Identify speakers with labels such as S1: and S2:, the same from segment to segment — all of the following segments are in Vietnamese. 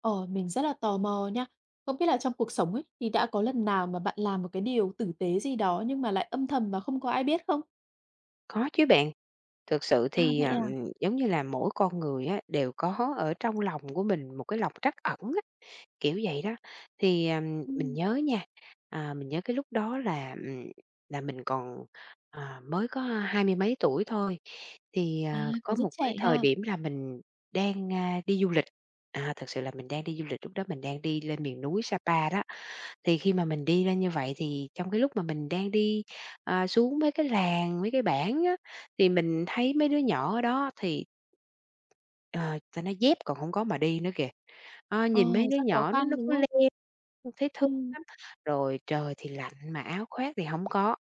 S1: Ờ, mình rất là tò mò nha. Không biết là trong cuộc sống ấy thì đã có lần nào mà bạn làm một cái điều tử tế gì đó nhưng mà lại âm thầm và không có ai biết không?
S2: Có chứ bạn, thực sự
S1: À,
S2: thì,
S1: vậy à?
S2: giống như là, mỗi con người á, đều có ở trong lòng của mình một cái lòng trắc ẩn á, kiểu vậy đó. Thì, mình
S1: Ừm,
S2: nhớ nha, mình nhớ cái lúc đó là mình còn, mới có hai mươi mấy tuổi thôi, thì,
S1: à,
S2: có
S1: Còn rất
S2: một cái
S1: trẻ
S2: thời
S1: ha.
S2: điểm là mình đang, đi du lịch, thực sự là mình đang đi du lịch, lúc đó mình đang đi lên miền núi Sapa đó. Thì khi mà mình đi lên như vậy thì trong cái lúc mà mình đang đi, xuống mấy cái làng, mấy cái bản thì mình thấy mấy đứa nhỏ ở đó thì ờ, ta nó dép còn hổng có mà đi nữa kìa. Ờ,
S1: Ờ,
S2: nhìn mấy đứa
S1: Rất khó
S2: nhỏ nó
S1: khăn,
S2: nó
S1: đúng
S2: cứ
S1: không?
S2: leo, thấy thương
S1: Ừm,
S2: lắm, rồi trời thì lạnh mà áo khoác thì hổng có.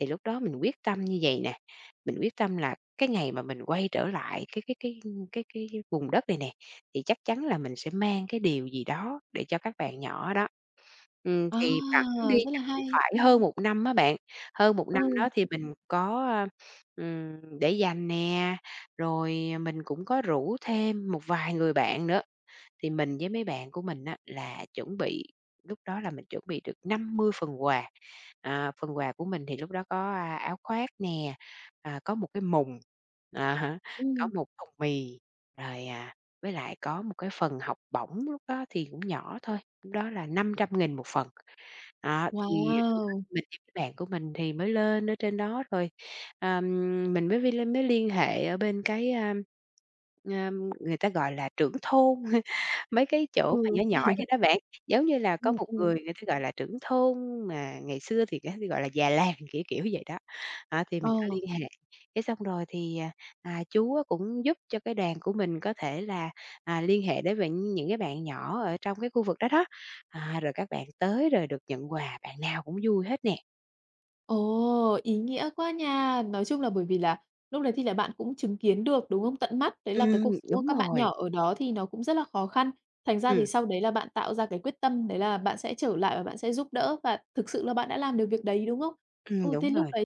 S2: Thì lúc đó mình quyết tâm như vầy nè, mình quyết tâm là cái ngày mà mình quay trở lại cái vùng đất này nè, thì chắc chắn là mình sẽ mang cái điều gì đó để cho các bạn nhỏ ở đó.
S1: à,
S2: Thì bẵng đi
S1: Rất là
S2: chắc cũng
S1: hay.
S2: phải hơn một năm á bạn, hơn một năm
S1: Ừ,
S2: đó thì mình có, để dành nè, rồi mình cũng có rủ thêm một vài người bạn nữa. Thì mình với mấy bạn của mình á là chuẩn bị lúc đó là mình chuẩn bị được 50 phần quà. Phần quà của mình thì lúc đó có, áo khoác nè, có một cái mùng, à há,
S1: ừ,
S2: có một thùng mì, rồi, với lại có một cái phần học bổng lúc đó thì cũng nhỏ thôi, lúc đó là 500.000 một phần. Đó, thì
S1: wow!
S2: mình với mấy bạn của mình thì mới lên ở trên đó rồi, ờm, mình mới vi lên mới liên hệ ở bên cái, a, người ta gọi là trưởng thôn. Mấy cái chỗ mà
S1: Ừ,
S2: nhỏ nhỏ vậy đó bạn, giống như là
S1: ừ,
S2: có một
S1: ừ.
S2: người người ta, gọi là, trưởng thôn mà ngày xưa thì người ta gọi là già làng, kiểu vậy đó. Đó, thì
S1: Ờ.
S2: mình có liên hệ, cái xong rồi thì, chú á cũng giúp cho cái đoàn của mình có thể là, liên hệ đến với những cái bạn nhỏ ở trong cái khu vực đó đó. Rồi các bạn tới rồi được nhận quà, bạn nào cũng vui hết nè.
S1: Ồ, ý nghĩa quá nha! Nói chung là bởi vì là lúc đấy thì là bạn cũng chứng kiến được, đúng không? Tận mắt, đấy là cái
S2: Ừm,
S1: cuộc sống của
S2: đúng
S1: các bạn
S2: rồi,
S1: nhỏ ở đó thì nó cũng rất là khó khăn. Thành ra thì
S2: ừm,
S1: sau đấy là bạn tạo ra cái quyết tâm đấy là bạn sẽ trở lại và bạn sẽ giúp đỡ và thực sự là bạn đã làm được việc đấy, đúng không? Ừ, thế
S2: đúng
S1: lúc
S2: rồi,
S1: đấy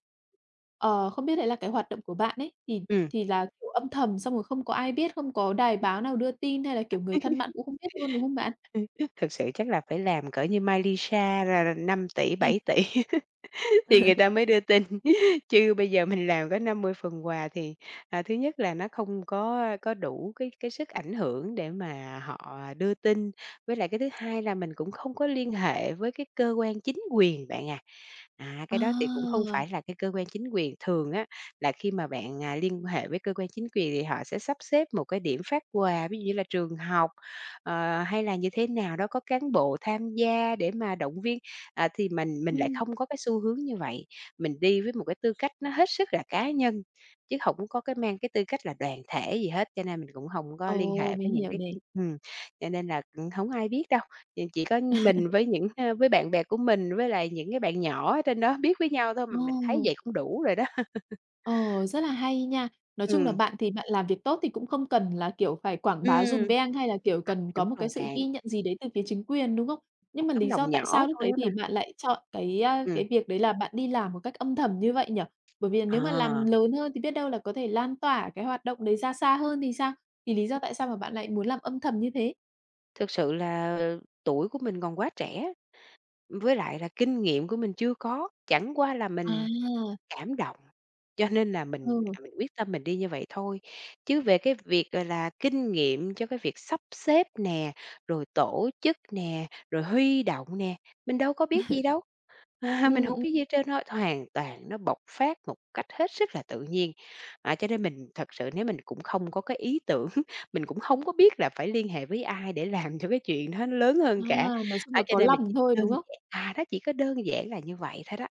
S1: không biết đấy là cái hoạt động của bạn ấy, thì
S2: ừm.
S1: thì là, kiểu, âm thầm xong rồi không có ai biết, không có đài báo nào đưa tin hay là, kiểu, người thân bạn cũng không biết luôn, đúng không bạn?
S2: Thực sự chắc là phải làm cỡ như Miley Cyrus là 5.000.000 Thì người ta mới đưa tin, chứ bây giờ mình làm có 50 phần quà thì, thứ nhất là nó không có đủ cái sức ảnh hưởng để mà họ đưa tin, với lại cái thứ hai là mình cũng không có liên hệ với cái cơ quan chính quyền bạn ạ. À,
S1: À,
S2: cái đó thì cũng không phải là cái cơ quan chính quyền. Thường á, là khi mà bạn, liên hệ với cơ quan chính quyền thì họ sẽ sắp xếp một cái điểm phát quà, ví dụ như là trường học, hay là như thế nào đó, có cán bộ tham gia để mà động viên. Thì mình lại
S1: ừm,
S2: không có cái xu hướng như vậy, mình đi với một cái tư cách nó hết sức là cá nhân, chứ không có cái mang cái tư cách là đoàn thể gì hết, cho nên mình cũng không có liên hệ
S1: ồ,
S2: với
S1: mình
S2: những
S1: hiểu
S2: cái
S1: này.
S2: cái cho nên là, hổng ai biết đâu. Thì chỉ có mình với những, với bạn bè của mình, với lại những cái bạn nhỏ ở trên đó biết với nhau thôi, mà mình thấy
S1: Ồ.
S2: vậy cũng đủ rồi đó.
S1: Ờ, Rất là hay nha. Nói chung là
S2: Ừm,
S1: bạn thì bạn làm việc tốt thì cũng không cần là, kiểu, phải quảng bá dùm
S2: ừm,
S1: beng hay là, kiểu, cần có
S2: đúng
S1: một cái
S2: rồi
S1: sự
S2: bạn,
S1: ghi nhận gì đấy từ phía chính quyền, đúng không?
S2: một
S1: Nhưng mà
S2: tấm
S1: lý do
S2: lòng
S1: tại
S2: nhỏ
S1: sao lúc
S2: thôi
S1: đấy
S2: á
S1: thì
S2: mà.
S1: bạn lại chọn cái, a,
S2: Ừm,
S1: cái việc đấy là bạn đi làm một cách âm thầm như vậy nhỉ? Bởi vì nếu mà
S2: ờ,
S1: làm lớn hơn thì biết đâu là có thể lan tỏa cái hoạt động đấy ra xa hơn thì sao? Thì lý do tại sao mà bạn lại muốn làm âm thầm như thế?
S2: thực sự là tuổi của mình còn quá trẻ, với lại là kinh nghiệm của mình chưa có, chẳng qua là
S1: À,
S2: mình cảm động, cho nên là mình
S1: ừ,
S2: mình quyết tâm mình đi như vậy thôi. Chứ về cái việc, gọi là, kinh nghiệm cho cái việc sắp xếp nè, rồi tổ chức nè, rồi huy động nè, mình đâu có biết gì đâu, à, mình
S1: ừm,
S2: không
S1: ừm,
S2: biết gì hết trơn thôi, hoàn toàn nó bộc phát một cách hết sức là tự nhiên. Cho nên mình thật sự nếu mình cũng không có cái ý tưởng, mình cũng không có biết là phải liên hệ với ai để làm cho cái chuyện đó nó lớn hơn cả,
S1: nói chung là
S2: á, cho
S1: có
S2: nên mình
S1: lòng
S2: chỉ
S1: thôi,
S2: đơn
S1: đúng không?
S2: giản nó chỉ có đơn giản là như vậy thôi đó.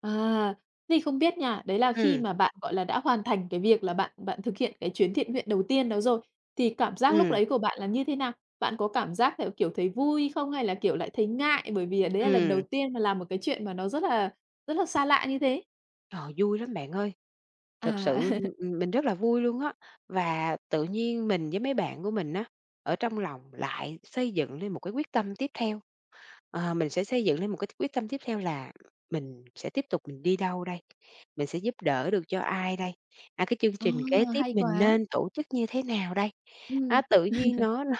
S1: À, thế thì không biết nha, đấy là khi
S2: Ừm,
S1: mà bạn, gọi là, đã hoàn thành cái việc là bạn bạn thực hiện cái chuyến thiện nguyện đầu tiên đó rồi, thì cảm giác lúc
S2: ừm,
S1: đấy của bạn là như thế nào? Bạn có cảm giác theo kiểu thấy vui không? Hay là, kiểu, lại thấy ngại bởi vì, đấy là lần đầu
S2: ừm.
S1: tiên mà làm một cái chuyện mà nó rất là xa lạ như thế?
S2: Ờ, vui lắm bạn ơi, thực
S1: À.
S2: sự, mình rất là vui luôn á. Và tự nhiên mình với mấy bạn của mình á, ở trong lòng lại xây dựng lên một cái quyết tâm tiếp theo. Mình sẽ xây dựng lên một cái quyết tâm tiếp theo là mình sẽ tiếp tục mình đi đâu đây? Mình sẽ giúp đỡ được cho ai đây? Cái chương
S1: À,
S2: trình kế tiếp
S1: hay
S2: mình
S1: quá!
S2: nên tổ chức như thế nào đây? Á,
S1: Ừm,
S2: tự nhiên nó nó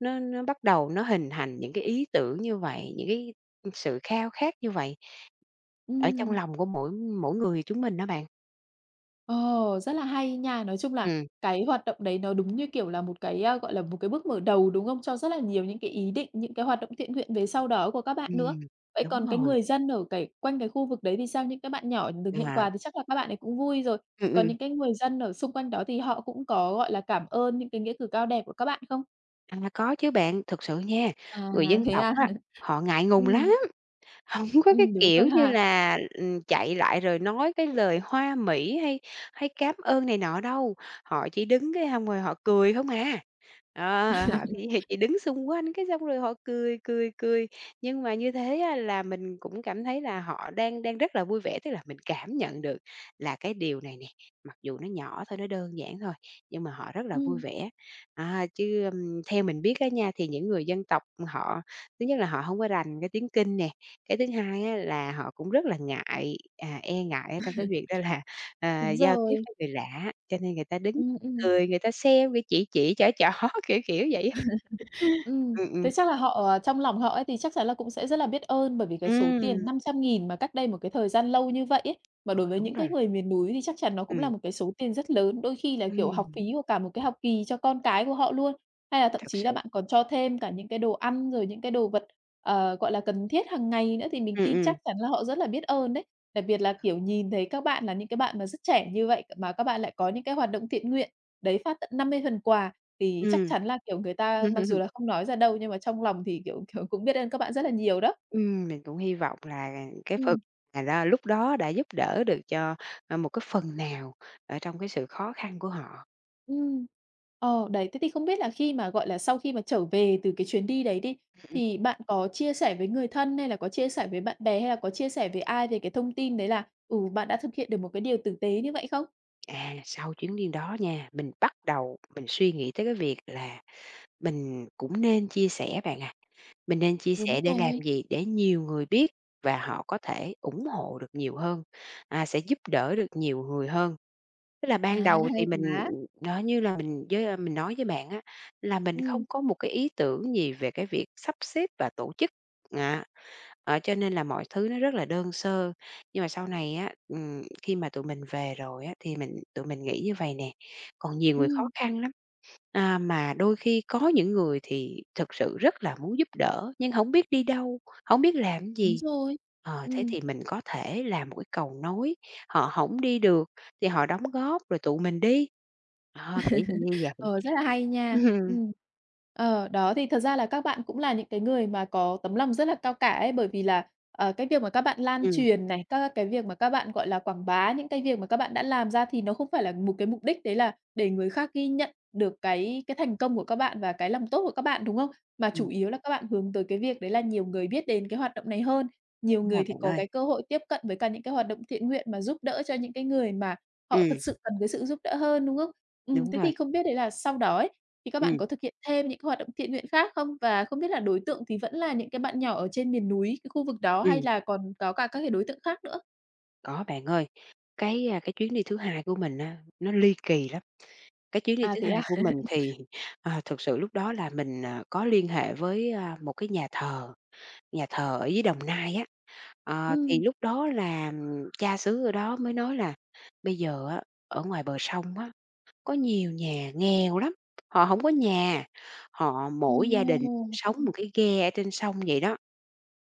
S2: nó nó bắt đầu nó hình thành những cái ý tưởng như vậy, những cái sự khao khát như vậy. Ở trong
S1: ừm.
S2: lòng của mỗi mỗi người chúng mình đó bạn.
S1: Ồ, rất là hay nha. Nói chung là
S2: Ừm.
S1: cái hoạt động đấy nó đúng như, kiểu là, một cái, gọi là, một cái bước mở đầu, đúng không? Cho rất là nhiều những cái ý định, những cái hoạt động thiện nguyện về sau đó của các bạn nữa.
S2: Ừm,
S1: Vậy
S2: đúng
S1: còn cái
S2: rồi,
S1: người dân ở cái quanh cái khu vực đấy thì sao? Những cái bạn nhỏ được nhận
S2: à,
S1: quà thì chắc là các bạn ấy cũng vui rồi.
S2: ừm,
S1: Còn
S2: ừm,
S1: những cái người dân ở xung quanh đó thì họ cũng có, gọi là, cảm ơn những cái nghĩa cử cao đẹp của các bạn không?
S2: có chứ bạn, thực sự nha,
S1: À,
S2: người dân
S1: thế
S2: tộc
S1: à?
S2: á, họ ngại ngùng lắm.
S1: Ừm,
S2: Hổng có cái
S1: đúng rồi
S2: kiểu như
S1: ha.
S2: là, chạy lại rồi nói cái lời hoa mỹ hay hay cám ơn này nọ đâu, họ chỉ đứng cái hông rồi họ cười không à. Họ chỉ chỉ đứng xung quanh cái xong rồi họ cười, cười, cười. Nhưng mà như thế á là mình cũng cảm thấy là họ đang đang rất là vui vẻ, tức là mình cảm nhận được là cái điều này nè, mặc dù nó nhỏ thôi, nó đơn giản thôi, nhưng mà họ rất là vui
S1: Ừm,
S2: vẻ. Chứ, theo mình biết á nha, thì những người dân tộc họ thứ nhất là họ hông có rành cái tiếng Kinh nè, cái thứ hai á là họ cũng rất là ngại, e ngại ở trong cái việc đó là,
S1: đúng
S2: giao tiếp
S1: rồi.
S2: với người lạ, cho nên người ta đứng
S1: Ừm, ừm.
S2: cười, người ta xem, người chỉ, trỏ trỏ, kiểu vậy á. Ừm, ừm,
S1: Thế chắc là họ, trong lòng họ ấy thì chắc chắn là cũng sẽ rất là biết ơn, bởi vì cái số
S2: ừm,
S1: tiền 500.000 mà cách đây một cái thời gian lâu như vậy ấy, mà
S2: ờ,
S1: đối với
S2: đúng
S1: những
S2: rồi,
S1: cái người miền núi thì chắc chắn nó cũng là
S2: ừm,
S1: một cái số tiền rất lớn, đôi khi là, kiểu, học phí
S2: ừm,
S1: của cả một cái học kỳ cho con cái của họ luôn. Hay là thậm
S2: thật
S1: chí là
S2: sự,
S1: bạn còn cho thêm cả những cái đồ ăn, rồi những cái đồ vật, gọi là, cần thiết hàng ngày nữa, thì mình
S2: ừm,
S1: tin
S2: ừm,
S1: chắc chắn là họ rất là biết ơn đấy. Đặc biệt là, kiểu, nhìn thấy các bạn là những cái bạn mà rất trẻ như vậy mà các bạn lại có những cái hoạt động thiện nguyện, đấy, phát tận 50 phần quà thì chắc
S2: ừm.
S1: chắn là, kiểu, người ta mặc dù là không nói ra đâu nhưng mà trong lòng thì, kiểu, kiểu, cũng biết ơn các bạn rất là nhiều đó.
S2: Mình cũng hy vọng là cái phần
S1: Ừm.
S2: mà đó lúc đó đã giúp đỡ được cho, một cái phần nào ở trong cái sự khó khăn của họ.
S1: Ừm. Đấy, thế thì không biết là khi mà, gọi là, sau khi mà trở về từ cái chuyến đi đấy đi,
S2: Ừm, ừm.
S1: thì bạn có chia sẻ với người thân hay là có chia sẻ với bạn bè hay là có chia sẻ với ai về cái thông tin đấy là, ừ, bạn đã thực hiện được một cái điều tử tế như vậy không?
S2: Sau chuyến đi đó nha, mình bắt đầu mình suy nghĩ tới cái việc là mình cũng nên chia sẻ bạn ạ. Mình nên chia
S1: Đúng
S2: sẻ để làm
S1: rồi.
S2: gì? Để nhiều người biết và họ có thể ủng hộ được nhiều hơn, sẽ giúp đỡ được nhiều người hơn. Tức là
S1: À,
S2: ban đầu thì
S1: hay
S2: mình
S1: quá!
S2: nói như là mình với mình nói với bạn á, là mình
S1: Ừm.
S2: không có một cái ý tưởng gì về cái việc sắp xếp và tổ chức, à, cho nên là mọi thứ nó rất là đơn sơ. Nhưng mà sau này á, khi mà tụi mình về rồi á, thì tụi mình nghĩ như vầy nè, còn nhiều người khó
S1: Ừm.
S2: khăn lắm. Mà đôi khi có những người thì thực sự rất là muốn giúp đỡ nhưng không biết đi đâu, không biết làm
S1: Đúng
S2: gì.
S1: rồi.
S2: Thế
S1: Ừm.
S2: thì mình có thể là một cái cầu nối, họ không đi được thì họ đóng góp rồi tụi mình đi. Đó, kiểu như như vậy.
S1: Ờ, Rất là hay nha.
S2: Ừm,
S1: Ừm. Đó, thì thật ra là các bạn cũng là những cái người mà có tấm lòng rất là cao cả ấy, bởi vì là, cái việc mà các bạn lan
S2: ừm,
S1: truyền này, các cái việc mà các bạn, gọi là, quảng bá những cái việc mà các bạn đã làm ra thì nó không phải là một cái mục đích đấy là để người khác ghi nhận được cái thành công của các bạn và cái làm tốt của các bạn, đúng không? Mà chủ
S2: ừm,
S1: yếu là các bạn hướng tới cái việc đấy là nhiều người biết đến cái hoạt động này hơn,
S2: đúng
S1: nhiều người
S2: rồi
S1: thì
S2: bạn
S1: có
S2: ơi.
S1: cái cơ hội tiếp cận với cả những cái hoạt động thiện nguyện mà giúp đỡ cho những cái người mà họ thực
S2: Ừm,
S1: sự cần cái sự giúp đỡ hơn, đúng không?
S2: đúng
S1: Thế
S2: rồi.
S1: thì không biết đấy là sau đó ấy, thì các
S2: Ừ.
S1: bạn có thực hiện thêm những cái hoạt động thiện nguyện khác không? Và không biết là đối tượng thì vẫn là những cái bạn nhỏ ở trên miền núi, cái khu vực đó hay
S2: ừm,
S1: là còn có cả các cái đối tượng khác nữa?
S2: có bạn ơi. Cái chuyến đi thứ hai của mình á, nó ly kỳ lắm. Cái chuyến đi
S1: À,
S2: thứ
S1: thế à?
S2: hai của mình thì, thực sự lúc đó là mình, có liên hệ với, một cái nhà thờ. Nhà thờ ở dưới Đồng Nai á, thì
S1: Ừm,
S2: lúc đó là cha xứ ở đó mới nói là: "Bây giờ á, ở ngoài bờ sông á, có nhiều nhà nghèo lắm, họ không có nhà, họ mỗi gia đình
S1: Ồ,
S2: sống một cái ghe ở trên sông" vậy đó.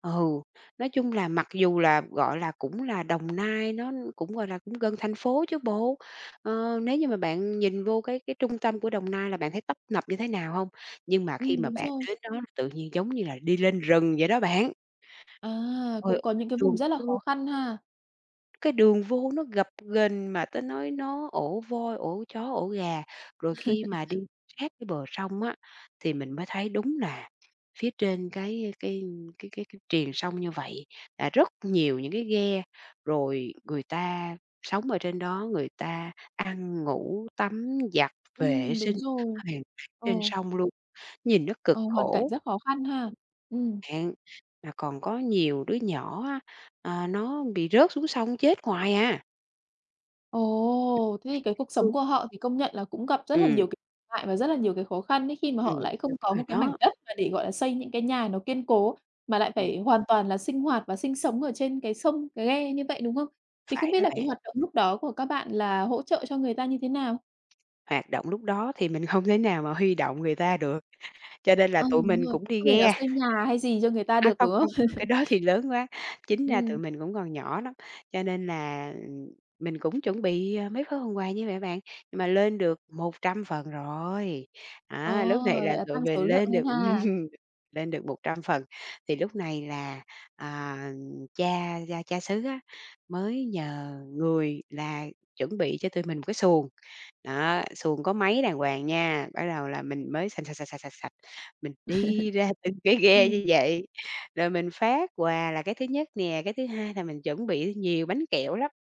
S2: Ừ, nói chung là mặc dù là, gọi là, cũng là Đồng Nai, nó cũng, gọi là, cũng gần thành phố chứ bộ. Nếu như mà bạn nhìn vô cái trung tâm của Đồng Nai là bạn thấy tấp nập như thế nào không? Nhưng mà khi mà
S1: đúng
S2: bạn
S1: rồi.
S2: đến đó tự nhiên giống như là đi lên rừng vậy đó bạn.
S1: À, cũng
S2: Rồi
S1: có những cái
S2: đường
S1: vùng rất là khó
S2: vô
S1: khăn ha.
S2: cái đường vô nó gập ghềnh mà tới nói nó ổ voi, ổ chó, ổ gà. Rồi khi mà đi sát cái bờ sông á, thì mình mới thấy đúng là phía trên cái triền sông như vậy là rất nhiều những cái ghe, rồi người ta sống ở trên đó, người ta ăn, ngủ, tắm, giặt, vệ sinh
S1: Đúng rồi.
S2: hoàn toàn
S1: Ờ,
S2: trên sông luôn, nhìn nó cực
S1: ờ, hoàn cảnh
S2: khổ.
S1: rất khó khăn ha. Ừm.
S2: Bạn, mà còn có nhiều đứa nhỏ á, nó bị rớt xuống sông chết hoài à.
S1: Ồ, thế thì cái cuộc
S2: Ừ.
S1: sống của họ thì công nhận là cũng gặp rất là
S2: Ừm,
S1: nhiều cái ngại và rất là nhiều cái khó khăn ấy, khi mà
S2: ừm,
S1: họ lại không
S2: đúng
S1: có một
S2: rồi
S1: cái mảnh
S2: đó.
S1: đất mà để, gọi là, xây những cái nhà nó kiên cố, mà lại
S2: Ừm,
S1: phải hoàn toàn là sinh hoạt và sinh sống ở trên cái sông, cái ghe như vậy, đúng không? Thì không
S2: phải
S1: biết
S2: đó
S1: là cái
S2: bạn,
S1: hoạt động lúc đó của các bạn là hỗ trợ cho người ta như thế nào?
S2: hoạt động lúc đó thì mình không thể nào mà huy động người ta được, cho nên là
S1: Ờ,
S2: tụi
S1: đúng
S2: mình
S1: rồi,
S2: cũng đi
S1: không thể nào
S2: ghe.
S1: xây nhà hay gì cho người ta
S2: À,
S1: được,
S2: không,
S1: đúng không?
S2: không, ừ, cái đó thì lớn quá, chính ra tụi
S1: Ừm,
S2: mình cũng còn nhỏ lắm, cho nên là, mình cũng chuẩn bị, mấy gói hôm qua như vậy bạn, nhưng mà lên được 100 phần rồi.
S1: ờ,
S2: Á, lúc này
S1: vậy
S2: là
S1: là
S2: tụi
S1: tăng
S2: mình
S1: số lượng
S2: lên
S1: lên
S2: được
S1: ha.
S2: lên được 100 phần, thì lúc này là, à, cha xứ á, mới nhờ người là chuẩn bị cho tụi mình một cái xuồng. Đó, xuồng có máy đàng hoàng nha, bắt đầu là mình mới sành sạch, sạch, sạch, sạch, sạch, mình đi ra từng cái ghe
S1: Ừm,
S2: như vậy. Rồi mình phát quà là cái thứ nhất nè, cái thứ hai là mình chuẩn bị nhiều bánh kẹo lắm.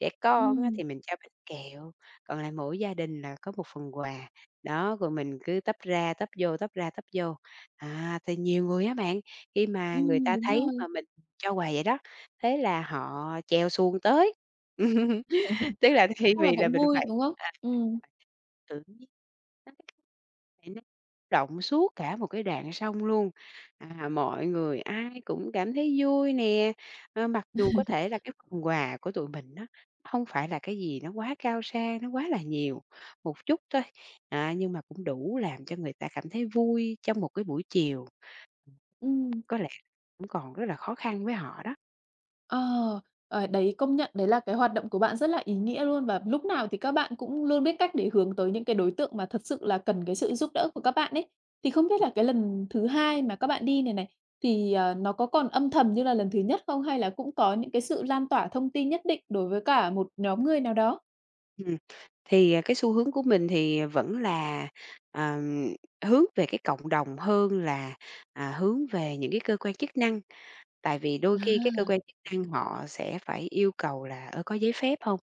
S2: Trẻ con á
S1: ừm,
S2: thì mình cho bánh kẹo, còn lại mỗi gia đình là có một phần quà. Đó, rồi mình cứ tấp ra tấp vô, tấp ra tấp vô. À, thì nhiều người á bạn, khi mà người ta
S1: đúng
S2: thấy
S1: rồi,
S2: mà mình cho quà vậy đó, thế là họ chèo xuồng tới. Tức là thay
S1: chắc là
S2: vì là
S1: cũng
S2: mình
S1: vui,
S2: phải
S1: đúng không?
S2: à,
S1: Ừm,
S2: phải tự nhiên nó cái phải năng động suốt cả một cái đoạn sông luôn. À, mọi người ai cũng cảm thấy vui nè, mặc dù có thể là cái phần quà của tụi mình á, không phải là cái gì nó quá cao sang, nó quá là nhiều, một chút thôi, nhưng mà cũng đủ làm cho người ta cảm thấy vui trong một cái buổi chiều,
S1: ừm.
S2: có lẽ cũng còn rất là khó khăn với họ đó.
S1: Ờ, ờ, đấy, công nhận đấy là cái hoạt động của bạn rất là ý nghĩa luôn và lúc nào thì các bạn cũng luôn biết cách để hướng tới những cái đối tượng mà thật sự là cần cái sự giúp đỡ của các bạn ấy. Thì không biết là cái lần thứ hai mà các bạn đi này này, thì, nó có còn âm thầm như là lần thứ nhất không? Hay là cũng có những cái sự lan tỏa thông tin nhất định đối với cả một nhóm người nào đó?
S2: Ừm, thì, cái xu hướng của mình thì vẫn là, ờm, hướng về cái cộng đồng hơn là, hướng về những cái cơ quan chức năng. Tại vì đôi khi cái cơ
S1: À,
S2: quan chức năng họ sẽ phải yêu cầu là, có giấy phép hông?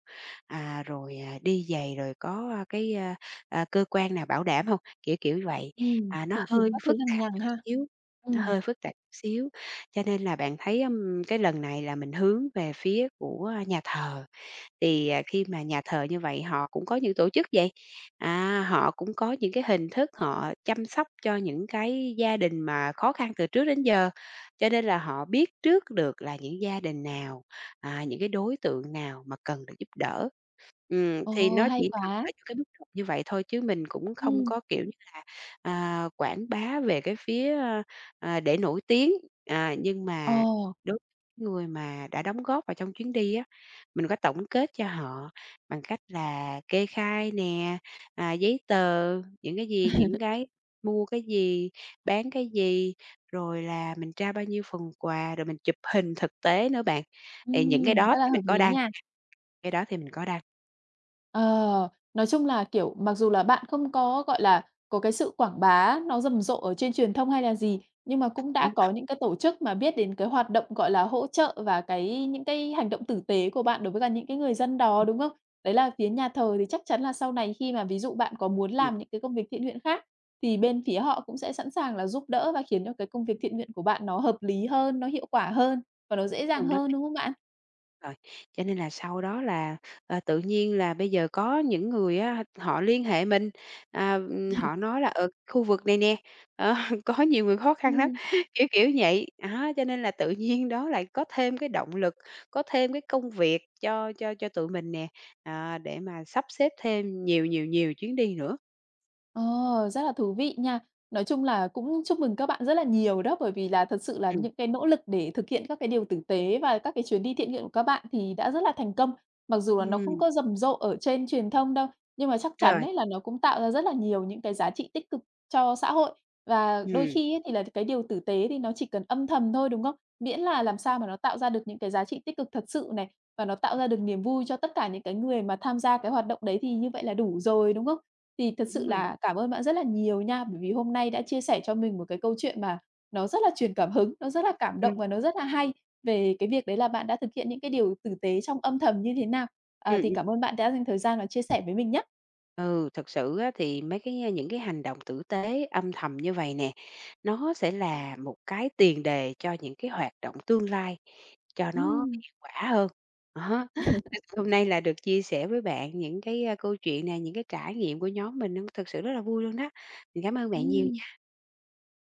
S2: À, rồi, đi giày rồi có, a, cái, a, a, cơ quan nào bảo đảm hông? Kiểu vậy, nó
S1: thủ tục
S2: hơi
S1: các thứ
S2: phức
S1: lằng
S2: tạp
S1: nhằng
S2: chút
S1: ha?
S2: xíu, nó
S1: Ừm.
S2: hơi phức tạp chút xíu. Cho nên là bạn thấy, cái lần này là mình hướng về phía của, nhà thờ, thì, khi mà nhà thờ như vậy họ cũng có những tổ chức vậy, họ cũng có những cái hình thức họ chăm sóc cho những cái gia đình mà khó khăn từ trước đến giờ. Cho nên là họ biết trước được là những gia đình nào, những cái đối tượng nào mà cần được giúp đỡ. Thì
S1: Ồ,
S2: nó
S1: hay
S2: chỉ nằm
S1: quá!
S2: ở những cái mức độ như vậy thôi chứ mình cũng không
S1: Ừm,
S2: có, kiểu như là, quảng bá về cái phía, để nổi tiếng. À, nhưng
S1: ờ,
S2: mà đối người mà đã đóng góp vào trong chuyến đi á, mình có tổng kết cho họ bằng cách là kê khai nè, giấy tờ, những cái
S1: ừm,
S2: gì, những cái mua cái gì, bán cái gì, rồi là mình trao bao nhiêu phần quà, rồi mình chụp hình thực tế nữa bạn. Thì những cái đó
S1: rất là
S2: thì
S1: hợp
S2: mình có
S1: lý
S2: đăng,
S1: nha.
S2: cái đó thì mình có đăng,
S1: Ờ, nói chung là, kiểu, mặc dù là bạn không có, gọi là, có cái sự quảng bá nó rầm rộ ở trên truyền thông hay là gì, nhưng mà cũng đã
S2: đúng
S1: có
S2: rồi.
S1: những cái tổ chức mà biết đến cái hoạt động, gọi là, hỗ trợ và cái những cái hành động tử tế của bạn đối với cả những cái người dân đó, đúng không? Đấy là phía nhà thờ thì chắc chắn là sau này khi mà ví dụ bạn có muốn làm những cái công việc thiện nguyện khác, thì bên phía họ cũng sẽ sẵn sàng là giúp đỡ và khiến cho cái công việc thiện nguyện của bạn nó hợp lý hơn, nó hiệu quả hơn và nó dễ dàng
S2: Đúng đó
S1: hơn,
S2: bạn
S1: đúng không bạn?
S2: rồi. Cho nên là sau đó là, tự nhiên là bây giờ có những người á, họ liên hệ mình, họ nói là "Ở khu vực này nè, ờ, có nhiều người khó khăn lắm",
S1: Ừm.
S2: kiểu vậy. Đó, cho nên là tự nhiên đó lại có thêm cái động lực, có thêm cái công việc cho tụi mình nè, để mà sắp xếp thêm nhiều, nhiều, nhiều chuyến đi nữa.
S1: Ờ, Rất là thú vị nha. Nói chung là cũng chúc mừng các bạn rất là nhiều đó, bởi vì là thật sự là
S2: Ừm.
S1: những cái nỗ lực để thực hiện các cái điều tử tế và các cái chuyến đi thiện nguyện của các bạn thì đã rất là thành công. Mặc dù là nó không
S2: Ừm,
S1: có rầm rộ ở trên truyền thông đâu, nhưng mà chắc chắn
S2: rồi.
S1: đấy là nó cũng tạo ra rất là nhiều những cái giá trị tích cực cho xã hội. Và đôi
S2: Ừm,
S1: khi ấy thì là cái điều tử tế thì nó chỉ cần âm thầm thôi, đúng không? Miễn là làm sao mà nó tạo ra được những cái giá trị tích cực thật sự này và nó tạo ra được niềm vui cho tất cả những cái người mà tham gia cái hoạt động đấy thì như vậy là đủ rồi, đúng không? Thì thật sự
S2: đúng rồi đó.
S1: là cảm ơn bạn rất là nhiều nha, bởi vì hôm nay đã chia sẻ cho mình một cái câu chuyện mà nó rất là truyền cảm hứng, nó rất là cảm động
S2: Ừm.
S1: và nó rất là hay về cái việc đấy là bạn đã thực hiện những cái điều tử tế trong âm thầm như thế nào. À, thì cảm ơn bạn đã dành thời gian và chia sẻ với mình nhé.
S2: Ừ, thật sự á, thì mấy cái những cái hành động tử tế âm thầm như vậy nè, nó sẽ là một cái tiền đề cho những cái hoạt động tương lai cho nó
S1: Ừm,
S2: hiệu quả hơn. Đó, hôm nay là được chia sẻ với bạn những cái, câu chuyện này những cái trải nghiệm của nhóm mình nó thực sự rất là vui luôn đó. Mình cảm ơn bạn
S1: ừm.
S2: nhiều.